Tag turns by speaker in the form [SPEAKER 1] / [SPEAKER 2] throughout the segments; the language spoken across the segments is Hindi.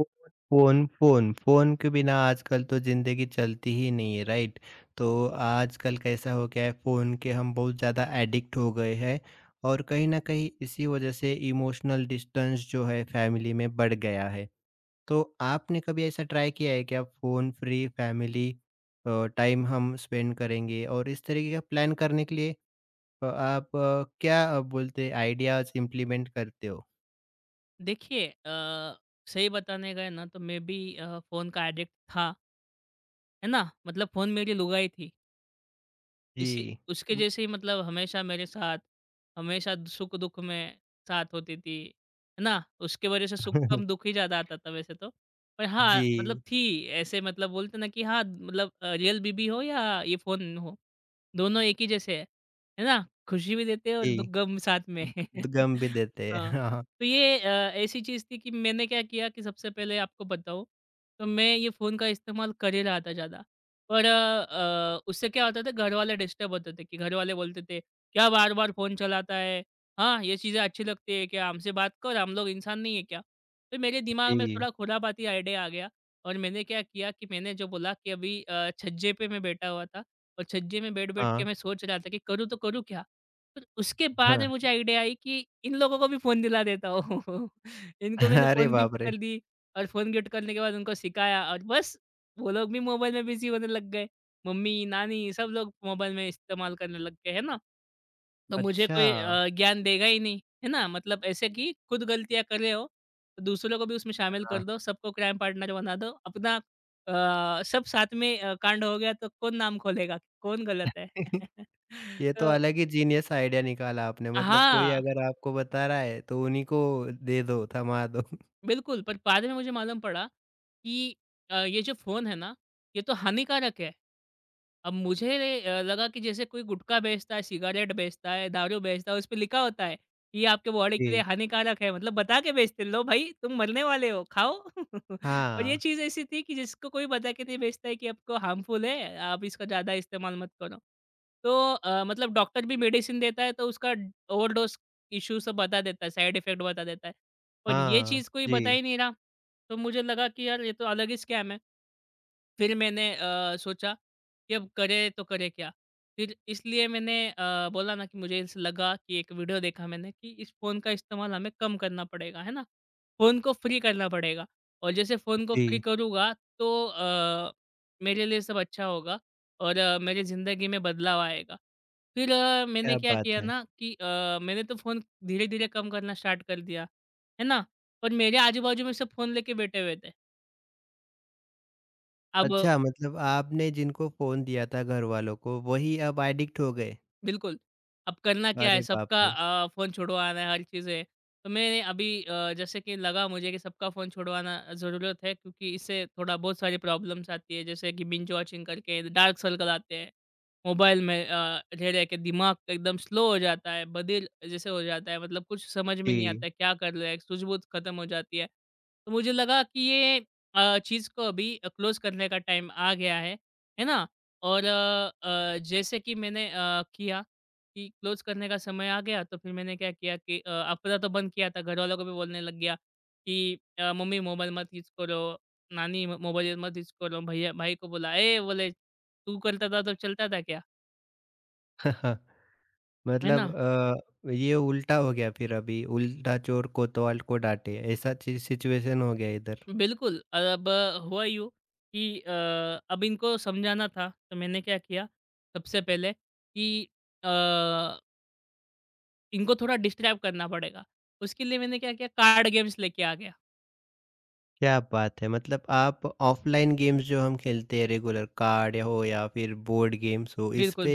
[SPEAKER 1] फ़ोन, फ़ोन, फ़ोन, फ़ोन के बिना आजकल तो ज़िंदगी चलती ही नहीं है, राइट? तो आजकल कैसा हो गया है, फ़ोन के हम बहुत ज़्यादा एडिक्ट हो गए हैं और कहीं न कहीं इसी वजह से इमोशनल डिस्टेंस जो है फ़ैमिली में बढ़ गया है। तो आपने कभी ऐसा ट्राई किया है क्या फ़ोन फ्री फ़ैमिली टाइम हम स्पेंड करेंगे और इस तरीके का प्लान करने के लिए आप क्या बोलते हैं आइडियाज़ इम्प्लीमेंट करते हो?
[SPEAKER 2] देखिए, सही बताने गए ना तो मैं भी फ़ोन का एडिक्ट था, है ना? मतलब फ़ोन मेरी लुगाई थी। इसी
[SPEAKER 1] जी।
[SPEAKER 2] उसके जैसे ही मतलब हमेशा मेरे साथ, हमेशा सुख-दुःख में साथ होती थी, है ना? उसके वजह से सुख कम दुःख ही ज़्यादा आता था वैसे तो। पर हाँ, मतलब
[SPEAKER 1] जी,
[SPEAKER 2] थी ऐसे मतलब बोलते ना कि हाँ, मतलब रियल बीबी हो या ये फ़ोन हो। दोनों एक ही जैसे हैं, है ना? खुशी भी देते हैं और दु
[SPEAKER 1] जी।
[SPEAKER 2] गम साथ में।
[SPEAKER 1] द गम भी देते हैं।
[SPEAKER 2] हाँ,
[SPEAKER 1] हाँ, हाँ।
[SPEAKER 2] तो ये ऐसी चीज़ थी कि मैंने क्या किया कि सबसे पहले आपको बताऊँ, तो मैं ये फ़ोन का इस्तेमाल कर ही रहा था ज़्यादा। पर उससे क्या होता था घरवाले डिस्टर्ब होते थे कि घरवाले बोलते थे, "क्या बार-बार फ़ोन चलाता है? हाँ, ये चीज़ें अच्छी लगती है क्या? हमसे बात कर, हम लोग इंसान नहीं है क्या?" तो मेरे दिमाग में
[SPEAKER 1] जी,
[SPEAKER 2] थोड़ा खुरापाती आइडिया आ गया और मैंने क्या किया कि मैंने जो बोला कि अभी छज्जे पे मैं बैठा हुआ था और छज्जे में बैठ-बैठ के
[SPEAKER 1] हाँ,
[SPEAKER 2] मैं सोच रहा था कि करूँ तो करूँ क्या? फिर उसके बाद में मुझे
[SPEAKER 1] हाँ।
[SPEAKER 2] आइडिया आई कि इन लोगों को भी फ़ोन दिला देता हूँ। इनको मैंने
[SPEAKER 1] अरे
[SPEAKER 2] फ़ोन
[SPEAKER 1] बाप
[SPEAKER 2] गिफ्ट
[SPEAKER 1] रे!
[SPEAKER 2] कर दी और फ़ोन गिफ्ट करने के बाद उनको सिखाया और बस वो लोग भी मोबाइल में बिज़ी होने लग गए। मम्मी, नानी सब लोग मोबाइल में इस्तेमाल करने लग गए, है ना? तो मुझे कोई
[SPEAKER 1] अच्छा,
[SPEAKER 2] ज्ञान देगा ही नहीं, है ना? मतलब ऐसे कि खुद गलतियाँ कर रहे हो, तो दूसरों को भी उसमें शामिल
[SPEAKER 1] हाँ।
[SPEAKER 2] कर दो, सबको क्राइम पार्टनर बना दो, अपना सब साथ में कांड हो गया तो कौन नाम खोलेगा, कौन गलत है?
[SPEAKER 1] ये तो
[SPEAKER 2] तो
[SPEAKER 1] अलग ही जीनियस आइडिया निकाला आपने, मतलब कोई
[SPEAKER 2] हाँ,
[SPEAKER 1] अगर आपको बता रहा है तो उन्हीं को दे दो, थमा दो।
[SPEAKER 2] बिल्कुल पर बाद में मुझे मालूम पड़ा कि ये जो फ़ोन है ना, ये तो हानिकारक है। अब मुझे लगा कि जैसे कोई गुटखा बेचता है, सिगारेट बेचता है, दारू बेचता है, उसपे लिखा होता है कि ये आपके बॉडी के लिए
[SPEAKER 1] जी।
[SPEAKER 2] हानिकारक है। मतलब बता के बेचते हैं, "लो भाई तुम मरने वाले हो, खाओ।" और ये
[SPEAKER 1] हाँ,
[SPEAKER 2] चीज़ ऐसी थी कि जिसको कोई बता के नहीं बेचता है कि आपको हार्मफुल है, आप इसका ज़्यादा इस्तेमाल मत करो। तो मतलब डॉक्टर भी मेडिसिन देता है, तो उसका ओवरडोज़ इश्यू सब बता देता है, साइड इफ़ेक्ट बता देता है। और ये
[SPEAKER 1] हाँ।
[SPEAKER 2] चीज़ कोई बता
[SPEAKER 1] जी,
[SPEAKER 2] ही नहीं रहा। तो मुझे लगा कि यार ये तो अलग ही स्कैम है। फिर मैंने सोचा कि अब करे तो करे क्या? फिर इसलिए मैंने बोला ना कि मुझे ऐसा लगा कि एक वीडियो देखा मैंने कि इस फ़ोन का इस्तेमाल हमें कम करना पड़ेगा, है ना? फ़ोन को फ्री करना पड़ेगा और जैसे फ़ोन को फ्री
[SPEAKER 1] जी।
[SPEAKER 2] करूँगा तो मेरे लिए सब अच्छा होगा और मेरी ज़िंदगी में बदलाव आएगा। फिर मैंने
[SPEAKER 1] क्या
[SPEAKER 2] क्या
[SPEAKER 1] बात
[SPEAKER 2] किया
[SPEAKER 1] है।
[SPEAKER 2] ना कि मैंने तो फ़ोन धीरे-धीरे कम करना स्टार्ट कर दिया, है ना? पर मेरे आजू-बाजू में सब फ़ोन लेके बैठे हुए थे। अब
[SPEAKER 1] अच्छा, मतलब आपने जिनको फ़ोन दिया था घर वालों को वही अब एडिक्ट हो गए।
[SPEAKER 2] बिल्कुल। अब करना क्या है
[SPEAKER 1] अरे बाप
[SPEAKER 2] सबका
[SPEAKER 1] रे!
[SPEAKER 2] फ़ोन छुड़वाना है, हर चीज़ है। तो मैंने अभी जैसे कि लगा मुझे कि सबका फ़ोन छुड़वाना ज़रूरत है क्योंकि इससे थोड़ा बहुत सारी प्रॉब्लम्स आती है जैसे कि बिंज वॉचिंग करके डार्क सर्कल आते हैं। मोबाइल में रह-रह के दिमाग एकदम स्लो हो जाता है, बधिर जैसे हो जाता है मतलब कुछ समझ में नहीं
[SPEAKER 1] जी।
[SPEAKER 2] आता है क्या कर रहे हैं, सूझबूझ खत्म हो जाती है। तो मुझे लगा कि ये चीज़ को अभी क्लोज़ करने का टाइम आ गया है ना? और जैसे कि मैंने किया कि क्लोज़ करने का समय आ गया तो फिर मैंने क्या किया कि अपना तो बंद किया था, घरवालों को भी बोलने लग गया कि "मम्मी मोबाइल मत यूज़ करो, नानी म मोबाइल मत यूज़ करो।" भैया भाई को बोला, "ए बोले तू करता था तो चलता था क्या?" है
[SPEAKER 1] मतलब
[SPEAKER 2] ना?
[SPEAKER 1] ये उल्टा हो गया, फिर अभी उल्टा चोर कोतवाल को डांटे, ऐसा सिचुएशन हो गया इधर।
[SPEAKER 2] बिल्कुल, अब हुआ यूँ कि अब इनको समझाना था तो मैंने क्या किया सबसे पहले कि अ, इनको थोड़ा डिस्टर्ब करना पड़ेगा। उसके लिए मैंने क्या किया कार्ड गेम्स लेके आ गया।
[SPEAKER 1] क्या बात है, मतलब आप ऑफलाइन गेम्स जो हम खेलते हैं, रेगुलर कार्ड हो या फिर बोर्ड गेम्स हो इस
[SPEAKER 2] बिल्कुल।
[SPEAKER 1] पे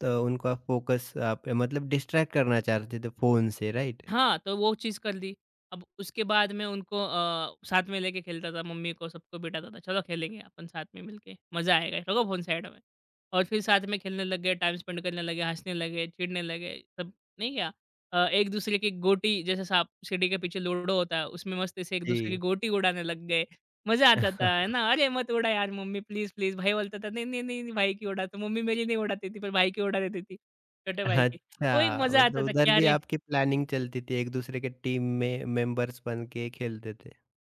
[SPEAKER 1] तो उनका फोकस आप मतलब डिस्ट्रैक्ट करना चाहते थे फोन से, राइट?
[SPEAKER 2] हाँ, तो वो चीज़ कर ली। अब उसके बाद में उनको साथ में लेके खेलता था, मम्मी को सबको बिठाता था, "चलो खेलेंगे अपन साथ में मिलके, मज़ा आएगा, रखो फ़ोन साइड में।" और फिर साथ में खेलने लग गए, टाइम स्पेंड करने लगे, हँसने लगे, चिढ़ने लगे, सब नहीं क्या एक-दूसरे की गोटी जैसे साँप सीढ़ी के पीछे लूडो होता है, उसमें मस्ती से एक-दूसरे की
[SPEAKER 1] जी।
[SPEAKER 2] गोटी उड़ाने लग गए। मज़ा आता था, है ना? "अरे! मत उड़ा यार मम्मी, प्लीज़, प्लीज़।" भाई बोलता था, "नहीं, नहीं, नहीं, नहीं, भाई की उड़ा।" तो मम्मी मेरी नहीं उड़ाती थी, पर भाई की उड़ा देती थी, छोटे भाई की। तो एक
[SPEAKER 1] अच्छा,
[SPEAKER 2] मज़ा
[SPEAKER 1] मतलब
[SPEAKER 2] आता था कि
[SPEAKER 1] उधर भी
[SPEAKER 2] अरे!
[SPEAKER 1] आपकी प्लानिंग चलती थी, एक दूसरे के टीम में मेंबर्स बन के खेलते थे।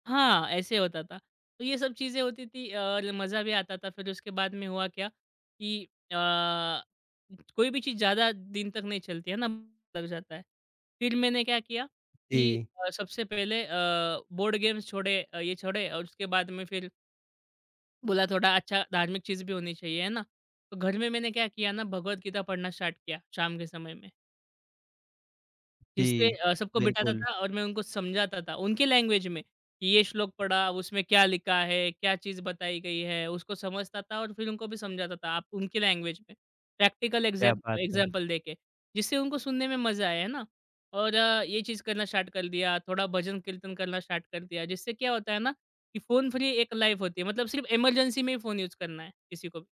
[SPEAKER 2] हाँ, ऐसे होता था। तो ये सब चीज़ें होती थी और मज़ा भी आता था। फिर उसके बाद में हुआ क्या कि अ, कोई भी चीज़ ज़्यादा दिन तक नहीं चलती है ना, लग जाता है। फिर मैंने क्या किया कि
[SPEAKER 1] जी,
[SPEAKER 2] सबसे पहले बोर्ड गेम्स छोड़े ये छोड़े और उसके बाद में फिर बोला थोड़ा अच्छा धार्मिक चीज़ भी होनी चाहिए, है ना? तो घर में मैंने क्या किया ना भगवत गीता पढ़ना स्टार्ट किया शाम के समय में।
[SPEAKER 1] जी,
[SPEAKER 2] जिससे सबको बिठाता
[SPEAKER 1] बिल्कुल।
[SPEAKER 2] था और मैं उनको समझाता था उनकी लैंग्वेज में कि ये श्लोक पढ़ा उसमें क्या लिखा है, क्या चीज़ बताई गई है, उसको समझता था और फिर उनको भी समझाता था आप उनकी लैंग्वेज में, प्रैक्टिकल
[SPEAKER 1] क्या
[SPEAKER 2] एग्ज़ैम
[SPEAKER 1] बात है।
[SPEAKER 2] एग्ज़ाम्पल देके, जिससे उनको सुनने में मज़ा आया है ना। और ये चीज़ करना स्टार्ट कर दिया, थोड़ा भजन कीर्तन करना स्टार्ट कर दिया, जिससे क्या होता है ना कि फ़ोन फ्री एक लाइफ़ होती है, मतलब सिर्फ़ इमरजेंसी में ही फ़ोन यूज़ करना है किसी को भी।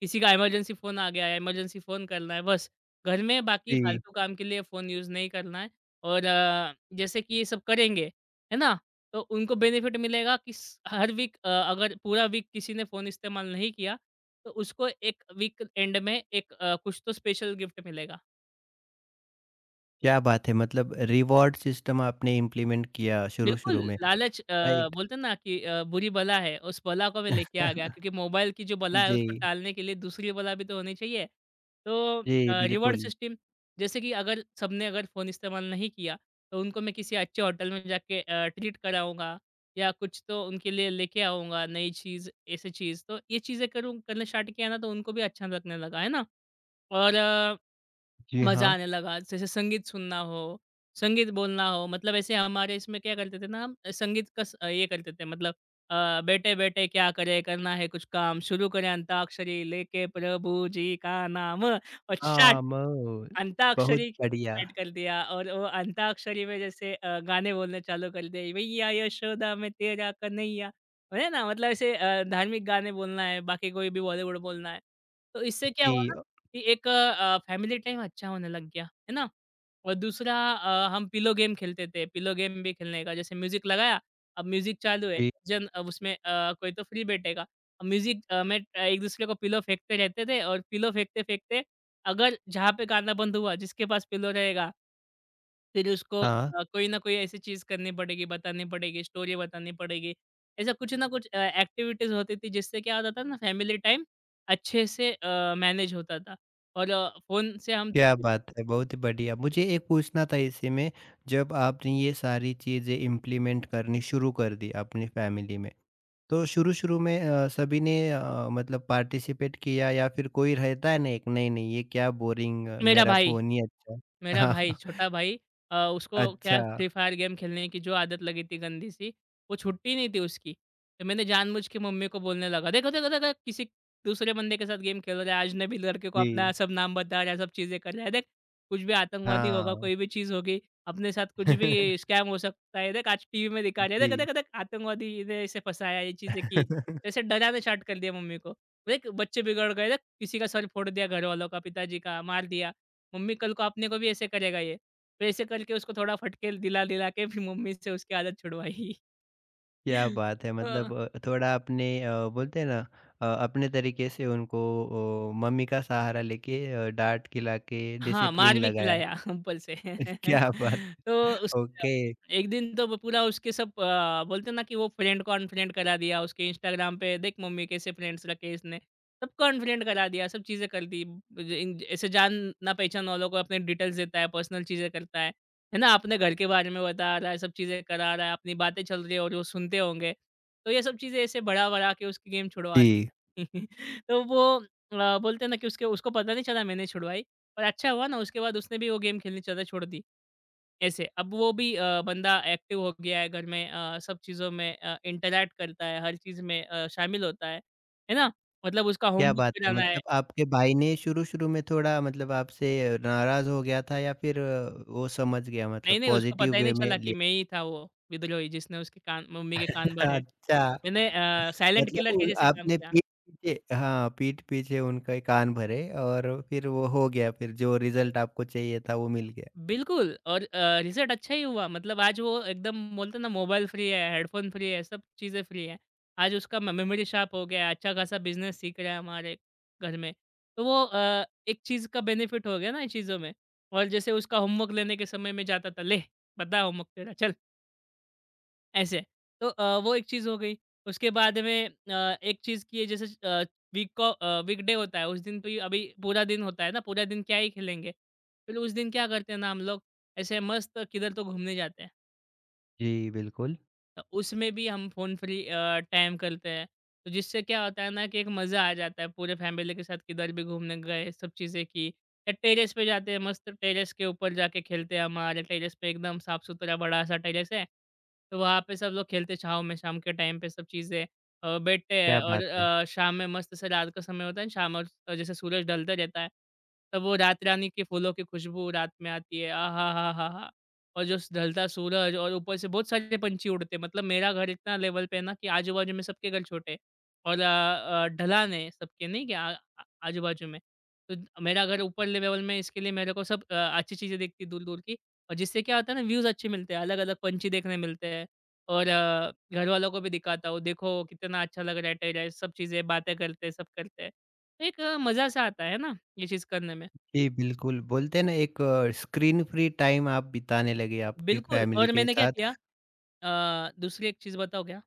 [SPEAKER 2] किसी का इमरजेंसी फ़ोन आ गया है, इमरजेंसी फ़ोन करना है बस। घर में बाकी हुँ।
[SPEAKER 1] जी।
[SPEAKER 2] फालतू काम के लिए फ़ोन यूज़ नहीं करना है और जैसे कि ये सब करेंगे, है ना? तो उनको बेनिफिट मिलेगा कि स हर वीक अगर पूरा वीक किसी ने फ़ोन इस्तेमाल नहीं किया, तो उसको 1 वीक एंड में एक कुछ तो स्पेशल गिफ्ट मिलेगा।
[SPEAKER 1] क्या बात है! मतलब रिवॉर्ड सिस्टम आपने इम्प्लीमेंट किया
[SPEAKER 2] बिल्कुल,
[SPEAKER 1] शुरू-शुरू में,
[SPEAKER 2] लालच
[SPEAKER 1] राइट?
[SPEAKER 2] बोलते हैं ना कि बुरी बला है, उस बला को मैं लेके आ गया क्योंकि मोबाइल की जो बला है उसको
[SPEAKER 1] जी,
[SPEAKER 2] टालने के लिए दूसरी बला भी तो होनी चाहिए। तो
[SPEAKER 1] जी,
[SPEAKER 2] रिवॉर्ड
[SPEAKER 1] बिल्कुल।
[SPEAKER 2] सिस्टम जैसे कि अगर सबने अगर फ़ोन इस्तेमाल नहीं किया, तो उनको मैं किसी अच्छे होटल में जाके ट्रीट कराऊँगा या कुछ तो उनके लिए लेके आऊँगा, नई चीज़, ऐसी चीज़। तो ये चीज़ें करूँ करना स्टार्ट किया ना तो उनको भी अच्छा लगने लगा, है ना? और
[SPEAKER 1] जी,
[SPEAKER 2] मज़ा
[SPEAKER 1] हाँ।
[SPEAKER 2] आने लगा। जैसे संगीत सुनना हो, संगीत बोलना हो, मतलब ऐसे हमारे इसमें क्या करते थे ना हम संगीत का स ये करते थे मतलब बैठे-बैठे क्या करें, करना है कुछ काम, शुरू करें अंताक्षरी, लेके प्रभु जी का नाम और शट।
[SPEAKER 1] आमोद। बहुत
[SPEAKER 2] अंताक्षरी
[SPEAKER 1] बढ़िया।
[SPEAKER 2] स्टार्ट कर दिया और वो अंताक्षरी में जैसे गाने बोलने चालू कर दिए, "भैया यशोदा मैं तेरा कन्हैया" है ना? मतलब ऐसे धार्मिक गाने बोलना है, बाकी कोई भी बॉलीवुड बोलना है। तो इससे क्या
[SPEAKER 1] जी,
[SPEAKER 2] हुआ ना कि एक फैमिली टाइम अच्छा होने लग गया, है ना? और दूसरा हम पिलो गेम खेलते थे। पिलो गेम भी खेलने का जैसे म्यूज़िक लगाया, अब म्यूज़िक चालू है,
[SPEAKER 1] जी,
[SPEAKER 2] जन अब उसमें कोई तो फ्री बैठेगा। अब म्यूज़िक में एक दूसरे को पिलो फेंकते रहते थे और पिलो फेंकते-फेंकते अगर जहाँ पे गाना बंद हुआ, जिसके पास पिलो रहेगा, फिर उसको
[SPEAKER 1] हाँ।
[SPEAKER 2] कोई ना कोई ऐसी चीज़ करनी पड़ेगी, बतानी पड़ेगी, स्टोरी बतानी पड़ेगी। ऐसा कुछ ना कुछ एक्टिविटीज़ होती थी जिससे क्या होता था ना फैमिली टाइम अच्छे से मैनेज होता था और फ़ोन से हम
[SPEAKER 1] क्या बात है! बहुत ही बढ़िया। मुझे एक पूछना था इसी में, जब आपने ये सारी चीज़ें इम्प्लीमेंट करनी शुरू कर दी अपनी फैमिली में, तो शुरू-शुरू में सभी ने मतलब पार्टिसिपेट किया या फिर कोई रहता है ना, एक नहीं, नहीं ये क्या बोरिंग,
[SPEAKER 2] मेरा
[SPEAKER 1] मेरा
[SPEAKER 2] भाई।
[SPEAKER 1] फ़ोन ही अच्छा है।
[SPEAKER 2] मेरा भाई, छोटा भाई उसको क्या
[SPEAKER 1] अच्छा,
[SPEAKER 2] फ्री फायर गेम खेलने की जो आदत लगी थी गंदी सी, वो छूटती नहीं थी उसकी। तो मैंने जानबूझ के मम्मी को बोलने लगा, "देखो, देखो, देखो किसी दूसरे बंदे के साथ गेम खेल रहा है, अजनबी लड़के को अपना
[SPEAKER 1] जी,
[SPEAKER 2] सब नाम बता रहा है, सब चीज़ें कर रहा है। देख, कुछ भी आतंकवादी होगा,
[SPEAKER 1] हाँ।
[SPEAKER 2] कोई भी चीज़ होगी, अपने साथ कुछ भी स्कैम हो सकता है। देख, आज टीवी में दिखा रहे हैं,
[SPEAKER 1] जी।
[SPEAKER 2] देख, देख, देख आतंकवादी ने इसे फँसाया, ये चीज़ें की।" ऐसे डराना स्टार्ट कर दिया मम्मी को। देख, बच्चे बिगड़ गए, देख किसी का सर फोड़ दिया घर वालों का, पिताजी का मार दिया। मम्मी कल को अपने को भी ऐसे करेगा ये। तो ऐसे करके उसको थोड़ा फटके दिला-दिला के फिर मम्मी से उसकी आदत छुड़वाई।
[SPEAKER 1] क्या बात है,
[SPEAKER 2] अ,
[SPEAKER 1] मतलब थोड़ा अपने बोलते हैं ना, अपने तरीके से उनको, ओ, मम्मी का सहारा लेके डाँट खिला के
[SPEAKER 2] हाँ, मार
[SPEAKER 1] डिसिप्लिन
[SPEAKER 2] भी
[SPEAKER 1] लगाया।
[SPEAKER 2] खिलाया ऊपर से।
[SPEAKER 1] क्या बात
[SPEAKER 2] तो
[SPEAKER 1] है।
[SPEAKER 2] उस
[SPEAKER 1] ओके,
[SPEAKER 2] एक दिन तो वो पूरा उसके सब बोलते हैं ना कि वो फ्रेंड को अनफ्रेंड करा दिया, उसके इंस्टाग्राम पे देख मम्मी कैसे फ्रेंड्स रखे इसने, सबको अनफ्रेंड करा दिया, सब चीज़ें कर दी। ब- ज इन ऐसे जान ना पहचान वालों को अपने डिटेल्स देता है, पर्सनल चीज़ें करता है ना? अपने घर के बारे में बता रहा है, सब चीज़ें करा रहा है, अपनी बातें चल रही है और वो सुनते होंगे। तो ये सब चीज़ें ऐसे बढ़ा-बढ़ा के उसकी गेम छुड़वा
[SPEAKER 1] जी।
[SPEAKER 2] तो वो बोलते हैं ना कि उसके उसको पता नहीं चला मैंने छुड़वाई और अच्छा हुआ ना उसके बाद उसने भी वो गेम खेलनी ज़्यादा छोड़ दी। ऐसे अब वो भी बंदा एक्टिव हो गया है घर में, सब चीज़ों में इंटरैक्ट करता है, हर चीज़ में शामिल होता है। है ना? मतलब उसका
[SPEAKER 1] क्या
[SPEAKER 2] होमवर्क
[SPEAKER 1] बात है,
[SPEAKER 2] कराना है।
[SPEAKER 1] मतलब आपके भाई ने शुरू-शुरू में थोड़ा मतलब आपसे नाराज़ हो गया था, या फिर वो समझ गया,
[SPEAKER 2] नहीं,
[SPEAKER 1] मतलब
[SPEAKER 2] नहीं उसको
[SPEAKER 1] पॉजिटिव
[SPEAKER 2] पता ही
[SPEAKER 1] वे
[SPEAKER 2] नहीं
[SPEAKER 1] में
[SPEAKER 2] चला कि
[SPEAKER 1] लिया?
[SPEAKER 2] मैं ही था वो विद्रोही जिसने उसके कान मम्मी के कान भरे।
[SPEAKER 1] अच्छा।
[SPEAKER 2] मैंने साइलेंट
[SPEAKER 1] मतलब
[SPEAKER 2] किलर के
[SPEAKER 1] उन
[SPEAKER 2] जैसे काम
[SPEAKER 1] आपने
[SPEAKER 2] किया।
[SPEAKER 1] पीठ पीछे, हाँ, पीठ पीछे उनके कान भरे और फिर वो हो गया, फिर जो रिज़ल्ट आपको चाहिए था वो मिल गया।
[SPEAKER 2] बिल्कुल और रिज़ल्ट अच्छा ही हुआ। मतलब आज वो एकदम बोलते हैं ना मोबाइल फ्री है, हेडफ़ोन फ्री है, सब चीज़ें फ्री हैं। आज उसका म मेमोरी शार्प हो गया है, अच्छा खासा बिज़नेस सीख रहा है हमारे घर में। तो वो एक चीज़ का बेनिफिट हो गया ना इन चीज़ों में। और जैसे उसका होमवर्क लेने के समय में जाता था, "ले, बता होमवर्क तेरा चल।" ऐसे। तो वो एक चीज़ हो गई। उसके बाद में एक चीज़ की है। जैसे वीक को वीकडे होता है उस दिन तो ये अभी पूरा दिन होता है ना, पूरा दिन क्या ही खेलेंगे। फिर उस दिन क्या करते हैं ना हम लोग, ऐसे मस्त किधर तो घूमने जाते हैं।
[SPEAKER 1] जी, बिल्कुल,
[SPEAKER 2] उसमें भी हम फ़ोन फ्री टाइम करते हैं। तो जिससे क्या होता है ना कि एक मज़ा आ जाता है, पूरे फैमिली के साथ किधर भी घूमने गए, सब चीज़ें की। या टेरेस पे जाते हैं, मस्त टेरेस के ऊपर जाके खेलते हैं। हमारे टेरेस पे एकदम साफ-सुथरा बड़ा-सा टेरेस है, तो वहाँ पे सब लोग खेलते हैं छाँव में, शाम के टाइम पे सब चीज़ें बैठते हैं
[SPEAKER 1] क्या
[SPEAKER 2] और
[SPEAKER 1] बात है।
[SPEAKER 2] शाम में मस्त से रात का समय होता है ना, शाम और जैसे सूरज ढलता रहता है, तब वो रात रानी के फूलों की खुशबू रात में आती है। आहा! हा, हा, हा! और जो स ढलता सूरज और ऊपर से बहुत सारे पंछी उड़ते हैं। मतलब मेरा घर इतना लेवल पे है ना कि आजू-बाजू में सबके घर छोटे हैं और ढलान है सबके नहीं क्या आ आ आजू-बाजू में। तो द मेरा घर ऊपर लेवल में। इसके लिए मेरे को सब अच्छी चीज़ें दिखती दूर-दूर की और जिससे क्या होता है ना व्यूज़ अच्छे मिलते हैं, अलग-अलग पंछी देखने मिलते हैं और घर वालों को भी दिखाता हूँ, देखो कितना अच्छा लग रहा है टेरेस, सब चीज़ें बातें करते हैं, सब करते हैं। तो एक मज़ा-सा आता है ना ये चीज़ करने में।
[SPEAKER 1] जी, बिल्कुल, बोलते हैं ना, एक स्क्रीन फ्री टाइम आप बिताने लगे आपकी
[SPEAKER 2] बिल्कुल।
[SPEAKER 1] फैमिली
[SPEAKER 2] और
[SPEAKER 1] के
[SPEAKER 2] मैंने क्या
[SPEAKER 1] साथ।
[SPEAKER 2] किया दूसरी एक चीज़ बताऊँ क्या?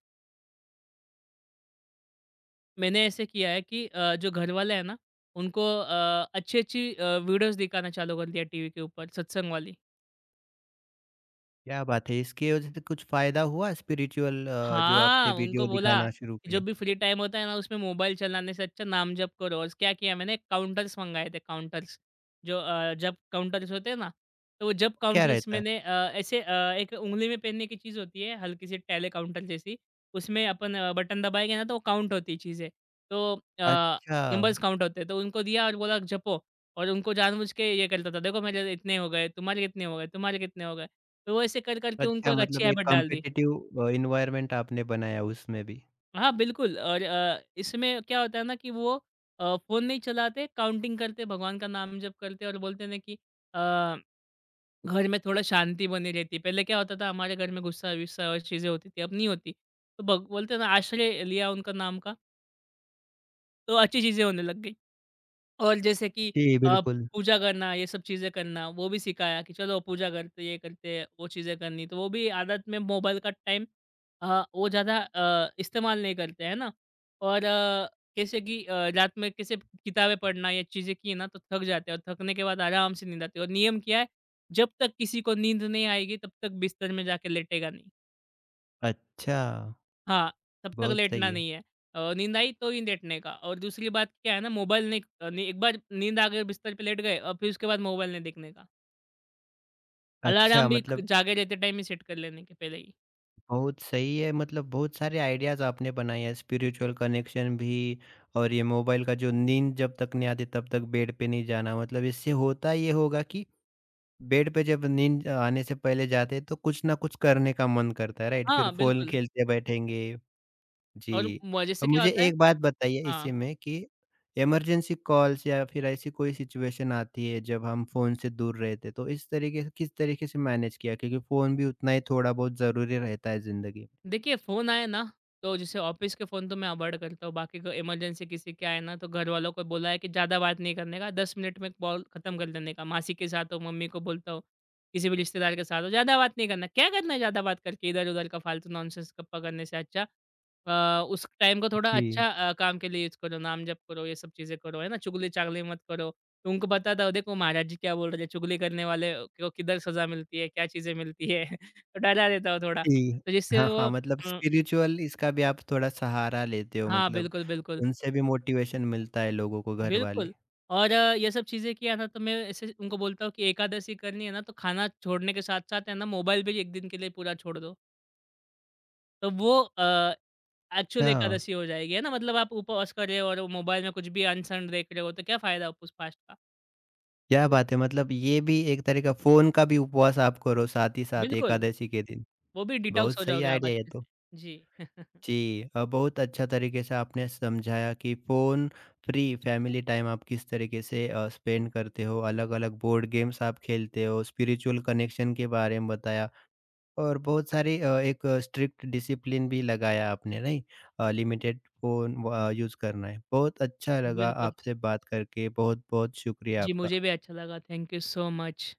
[SPEAKER 2] मैंने ऐसे किया है कि जो घरवाले हैं ना, उनको अच्छी-अच्छी वीडियोज़ दिखाना चालू कर दिया टीवी के ऊपर सत्संग वाली।
[SPEAKER 1] क्या बात है। इसकी वजह से कुछ फ़ायदा हुआ स्पिरिचुअल, जो आपने
[SPEAKER 2] हाँ, उनको
[SPEAKER 1] वीडियो
[SPEAKER 2] बोला
[SPEAKER 1] दिखाना शुरू
[SPEAKER 2] कि
[SPEAKER 1] किया?
[SPEAKER 2] जब भी फ्री टाइम होता है ना, उसमें मोबाइल चलाने से अच्छा नाम जप करो। और क्या किया मैंने काउंटर्स मँगाए थे, काउंटर्स। जो जप काउंटर्स होते हैं ना, तो वो जप
[SPEAKER 1] क्या
[SPEAKER 2] काउंटर्स
[SPEAKER 1] रहता है?
[SPEAKER 2] मैंने एक उँगली में पहनने की चीज़ होती है, हल्की सी टैली काउंटर जैसी। उसमें अपन बटन दबाएँगे ना तो वो काउंट होती है चीज़ें। तो अ,
[SPEAKER 1] अच्छा।
[SPEAKER 2] नंबर्स काउंट होते हैं, तो उनको दिया और बोला जपो। और उनको जानबूझ के ये करता था, देखो मेरे इतने हो गए, तुम्हारे कितने हो गए, तुम्हारे कितने हो गए। तो वो ऐसे कर-कर के उनको
[SPEAKER 1] अच्छा,
[SPEAKER 2] एक अच्छी
[SPEAKER 1] मतलब एक
[SPEAKER 2] हैबिट डाल दी।
[SPEAKER 1] कॉम्पिटिटिव एनवायरनमेंट आपने बनाया उसमें भी।
[SPEAKER 2] हाँ, बिल्कुल, और इसमें क्या होता है ना कि वो फ़ोन नहीं चलाते, काउंटिंग करते, भगवान का नाम जप करते और बोलते ना कि अ, घर में थोड़ा शांति बनी रहती है। पहले क्या होता था हमारे घर में गुस्सा-वुस्सा और चीज़ें होती थी, अब नहीं होती। तो भग बोलते हैं ना आश्रय लिया उनका नाम का, तो अच्छी चीज़ें होने लग गई। और जैसे कि
[SPEAKER 1] जी,
[SPEAKER 2] अ,
[SPEAKER 1] बिल्कुल।
[SPEAKER 2] पूजा करना, ये सब चीज़ें करना, वो भी सिखाया कि चलो पूजा करते, ये करते, वो चीज़ें करनी। तो वो भी आदत में। मोबाइल का टाइम अ, वो ज़्यादा इस्तेमाल नहीं करते, है ना? और जैसे कि रात में कैसे किताबें पढ़ना, ये चीज़ें की ना तो थक जाते हैं और थकने के बाद आराम से नींद आती है। और नियम क्या है, जब तक किसी को नींद नहीं आएगी, तब तक बिस्तर में जाके लेटेगा नहीं।
[SPEAKER 1] अच्छा।
[SPEAKER 2] हाँ, तब तक
[SPEAKER 1] बहुत
[SPEAKER 2] लेटना
[SPEAKER 1] सही है।
[SPEAKER 2] नहीं है। नींद आई तो ही लेटने का। और दूसरी बात क्या है ना मोबाइल नहीं, नहीं, एक बार नींद आ गई बिस्तर पे लेट गए और फिर उसके बाद मोबाइल नहीं देखने का। अलार्म
[SPEAKER 1] अच्छा,
[SPEAKER 2] भी क
[SPEAKER 1] मतलब
[SPEAKER 2] जागे रहते टाइम ही सेट कर लेने के पहले ही।
[SPEAKER 1] बहुत सही है, मतलब बहुत सारे आइडियाज़ आपने बनाए हैं, स्पिरिचुअल कनेक्शन भी, और ये मोबाइल का जो नींद जब तक नहीं आती तब तक बेड पे नहीं जाना, मतलब इससे होता ये होगा कि बेड पे जब नींद आने से पहले जाते हैं तो कुछ ना कुछ करने का मन करता है, राइट? फिर
[SPEAKER 2] हाँ,
[SPEAKER 1] फ़ोन
[SPEAKER 2] बिल्कुल।
[SPEAKER 1] खेलते बैठेंगे।
[SPEAKER 2] और
[SPEAKER 1] जी,
[SPEAKER 2] म जैसे
[SPEAKER 1] अब
[SPEAKER 2] क्या
[SPEAKER 1] मुझे
[SPEAKER 2] होता है।
[SPEAKER 1] एक बात बताइए इसी
[SPEAKER 2] हाँ।
[SPEAKER 1] में कि इमरजेंसी कॉल्स या फिर ऐसी कोई सिचुएशन आती है जब हम फ़ोन से दूर रहते, तो इस तरीके से किस तरीके से मैनेज किया? क्योंकि फ़ोन भी उतना ही थोड़ा बहुत ज़रूरी रहता है ज़िंदगी में।
[SPEAKER 2] देखिए, फ़ोन आए ना, तो जैसे ऑफ़िस के फ़ोन तो मैं अवॉइड करता हूँ, बाकी को इमरजेंसी किसी के आए ना, तो घरवालों को बोला है कि ज़्यादा बात नहीं करने का, 10 मिनट में कॉल खत्म कर देने का। मासी के साथ हो, मम्मी को बोलता हूँ, किसी भी रिश्तेदार के साथ हो, ज़्यादा बात नहीं करना। क्या करना है ज़्यादा बात करके इधर-उधर का फ़ालतू नॉनसेंस गप्पा करने से। अच्छा उस टाइम को थोड़ा
[SPEAKER 1] जी,
[SPEAKER 2] अच्छा काम के लिए यूज़ करो, नाम जप करो, ये सब चीज़ें करो, है ना? चुगली-चागली मत करो। तो उनको बताता हो, देखो महाराज जी क्या बोल रहे थे, चुगली करने वाले को किधर सज़ा मिलती है, क्या चीज़ें मिलती है, तो डरा देता हूँ थोड़ा।
[SPEAKER 1] जी।
[SPEAKER 2] तो जिससे
[SPEAKER 1] हाँ,
[SPEAKER 2] वो
[SPEAKER 1] हाँ, मतलब
[SPEAKER 2] हुँ,
[SPEAKER 1] स्पिरिचुअल इसका भी आप थोड़ा सहारा लेते हो,
[SPEAKER 2] हाँ,
[SPEAKER 1] मतलब
[SPEAKER 2] बिल्कुल, बिल्कुल,
[SPEAKER 1] उनसे भी मोटिवेशन मिलता है लोगों को, घरवाले।
[SPEAKER 2] बिल्कुल। और ये सब चीज़ें किया ना तो मैं ऐसे उनको बोलता हूँ कि एकादशी करनी है ना तो खाना छोड़ने के साथ-साथ है ना मोबाइल भी एक दिन के लिए पूरा छोड़ दो। तो वो एक्चुअल
[SPEAKER 1] अच्छा।
[SPEAKER 2] एकादशी हो जाएगी, है ना? मतलब आप उपवास कर रहे हो और वो मोबाइल में कुछ भी अनसन देख रहे हो तो क्या फ़ायदा उस फास्ट का?
[SPEAKER 1] क्या
[SPEAKER 2] तो
[SPEAKER 1] बात है! मतलब ये भी एक तरह का फ़ोन का भी उपवास आप करो साथ ही साथ
[SPEAKER 2] बिल्कुल,
[SPEAKER 1] एकादशी के दिन।
[SPEAKER 2] वो भी डिटॉक्स
[SPEAKER 1] बहुत
[SPEAKER 2] हो
[SPEAKER 1] सही
[SPEAKER 2] जाओगे आप
[SPEAKER 1] आइडिया है ये
[SPEAKER 2] अच्छे
[SPEAKER 1] तो।
[SPEAKER 2] से। जी,
[SPEAKER 1] जी, बहुत अच्छा तरीके से आपने समझाया कि फ़ोन फ्री फैमिली टाइम आप किस तरीके से स्पेंड करते हो, अलग अलग बोर्ड गेम्स आप खेलते हो, स्पिरिचुअल कनेक्शन के बारे में बताया, और बहुत सारी एक स्ट्रिक्ट डिसिप्लिन भी लगाया आपने, नहीं लिमिटेड फ़ोन यूज़ करना है। बहुत अच्छा लगा
[SPEAKER 2] बिल्कुल।
[SPEAKER 1] आपसे बात करके, बहुत बहुत शुक्रिया
[SPEAKER 2] जी, मुझे
[SPEAKER 1] आपका।
[SPEAKER 2] भी अच्छा लगा। Thank you so much.